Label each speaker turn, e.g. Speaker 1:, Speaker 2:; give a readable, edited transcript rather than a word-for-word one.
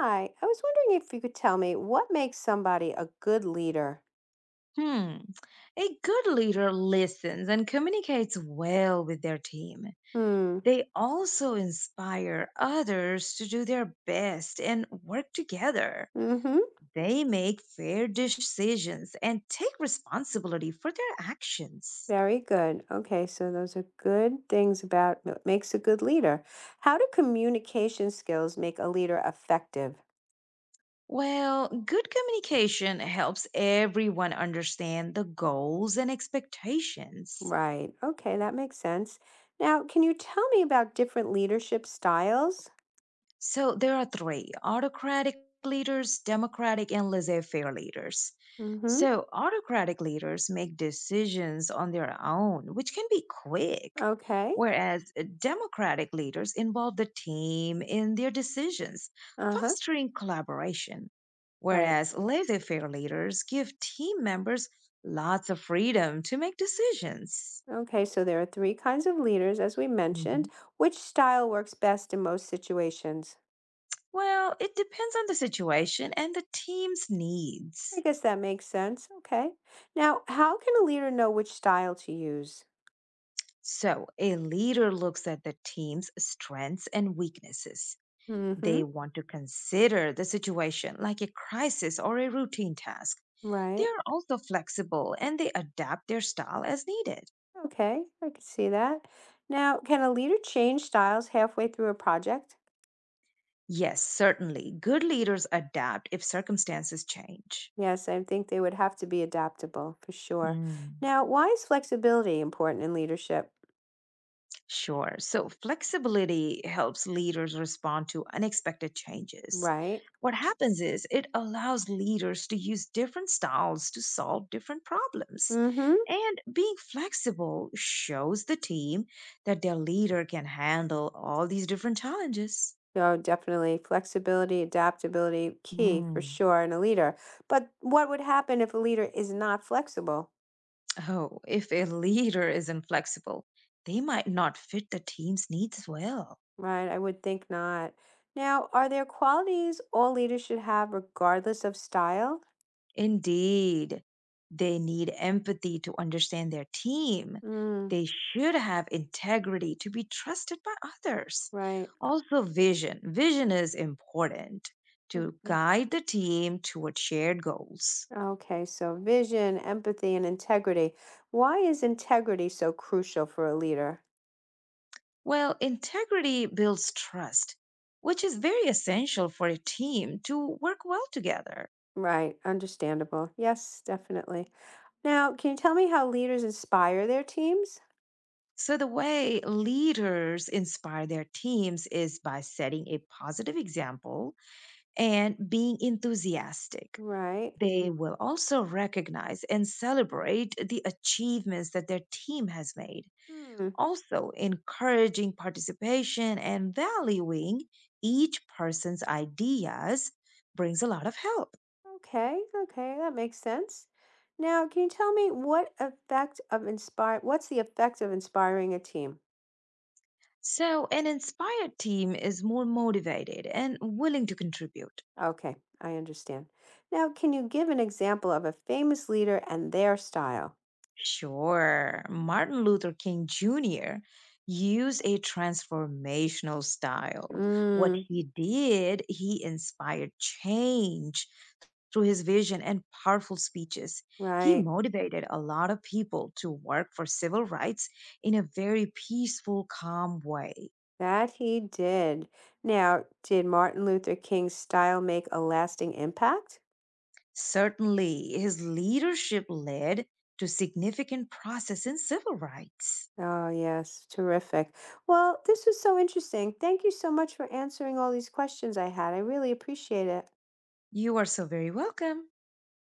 Speaker 1: Hi, I was wondering if you could tell me what makes somebody a good leader?
Speaker 2: Hmm. A good leader listens and communicates well with their team.
Speaker 1: Hmm.
Speaker 2: They also inspire others to do their best and work together.
Speaker 1: Mm-hmm.
Speaker 2: They make fair decisions and take responsibility for their actions.
Speaker 1: Very good. Okay, so those are good things about what makes a good leader. How do communication skills make a leader effective?
Speaker 2: Well, good communication helps everyone understand the goals and expectations.
Speaker 1: Right. Okay, that makes sense. Now, can you tell me about different leadership styles?
Speaker 2: So there are three autocratic leaders, democratic, and laissez faire leaders.
Speaker 1: Mm-hmm.
Speaker 2: So autocratic leaders make decisions on their own, which can be quick,
Speaker 1: Okay.
Speaker 2: whereas democratic leaders involve the team in their decisions,
Speaker 1: Uh-huh.
Speaker 2: fostering collaboration.
Speaker 1: Right.
Speaker 2: Whereas laissez faire leaders give team members lots of freedom to make decisions.
Speaker 1: Okay, so there are three kinds of leaders, as we mentioned.
Speaker 2: Hmm.
Speaker 1: Which style works best in most situations?
Speaker 2: Well, it depends on the situation and the team's
Speaker 1: I
Speaker 2: needs.
Speaker 1: guess that makes sense. Okay. Now, how can a leader know which style to use?
Speaker 2: So, a leader looks at the team's strengths and weaknesses.
Speaker 1: Mm-hmm.
Speaker 2: They want to consider the situation like a crisis or a routine task. They
Speaker 1: Right.
Speaker 2: are also flexible and they adapt their style as needed.
Speaker 1: Okay. I can see that. Now, can a leader change styles halfway through a project?
Speaker 2: Yes, certainly, good leaders adapt if circumstances change.
Speaker 1: Yes, I think they would have to be adaptable for sure.
Speaker 2: Mm.
Speaker 1: Now, why is flexibility important in leadership?
Speaker 2: Sure. So flexibility helps leaders respond to unexpected changes.
Speaker 1: Right.
Speaker 2: What happens is it allows leaders to use different styles to solve different problems.
Speaker 1: Mm-hmm.
Speaker 2: And being flexible shows the team that their leader can handle all these different challenges.
Speaker 1: Oh, definitely. Flexibility, adaptability, key for
Speaker 2: Mm.
Speaker 1: sure in a leader. But what would happen if a leader is not flexible?
Speaker 2: Oh, if a leader is inflexible, they might not fit the team's needs well.
Speaker 1: Right, I would think not. Now, are there qualities all leaders should have regardless of style?
Speaker 2: Indeed, they need empathy to understand their team.
Speaker 1: Mm,
Speaker 2: They should have integrity to be trusted by others.
Speaker 1: right.
Speaker 2: Also, vision. Vision is important to
Speaker 1: Okay.
Speaker 2: guide the team toward shared goals.
Speaker 1: Okay, so vision, empathy, and integrity. Why is integrity so crucial for a leader?
Speaker 2: Well, integrity builds trust, which is very essential for a team to work well together.
Speaker 1: Right, understandable. Yes, definitely. Now, can you tell me how leaders inspire their teams?
Speaker 2: So, the way leaders inspire their teams is by setting a positive example and being enthusiastic.
Speaker 1: Right.
Speaker 2: They will also recognize and celebrate the achievements that their team has made,
Speaker 1: Hmm.
Speaker 2: also encouraging participation and valuing each person's ideas brings a lot of help.
Speaker 1: Okay, okay, that makes sense. Now, can you tell me what's the effect of inspiring a team?
Speaker 2: So, an inspired team is more motivated and willing to contribute.
Speaker 1: Okay, I understand. Now, can you give an example of a famous leader and their style?
Speaker 2: Sure. Martin Luther King Jr. used a transformational style. What
Speaker 1: Mm,
Speaker 2: he did, he inspired change through his vision and powerful speeches. He
Speaker 1: right.
Speaker 2: motivated a lot of people to work for civil rights in a very peaceful, calm way.
Speaker 1: That he did. Now, did Martin Luther King's style make a lasting impact?
Speaker 2: Certainly, his leadership led to significant process in civil rights.
Speaker 1: Oh, yes. Terrific. Well, this was so interesting. Thank you so much for answering all these questions I had. I really appreciate it.
Speaker 2: You are so very welcome.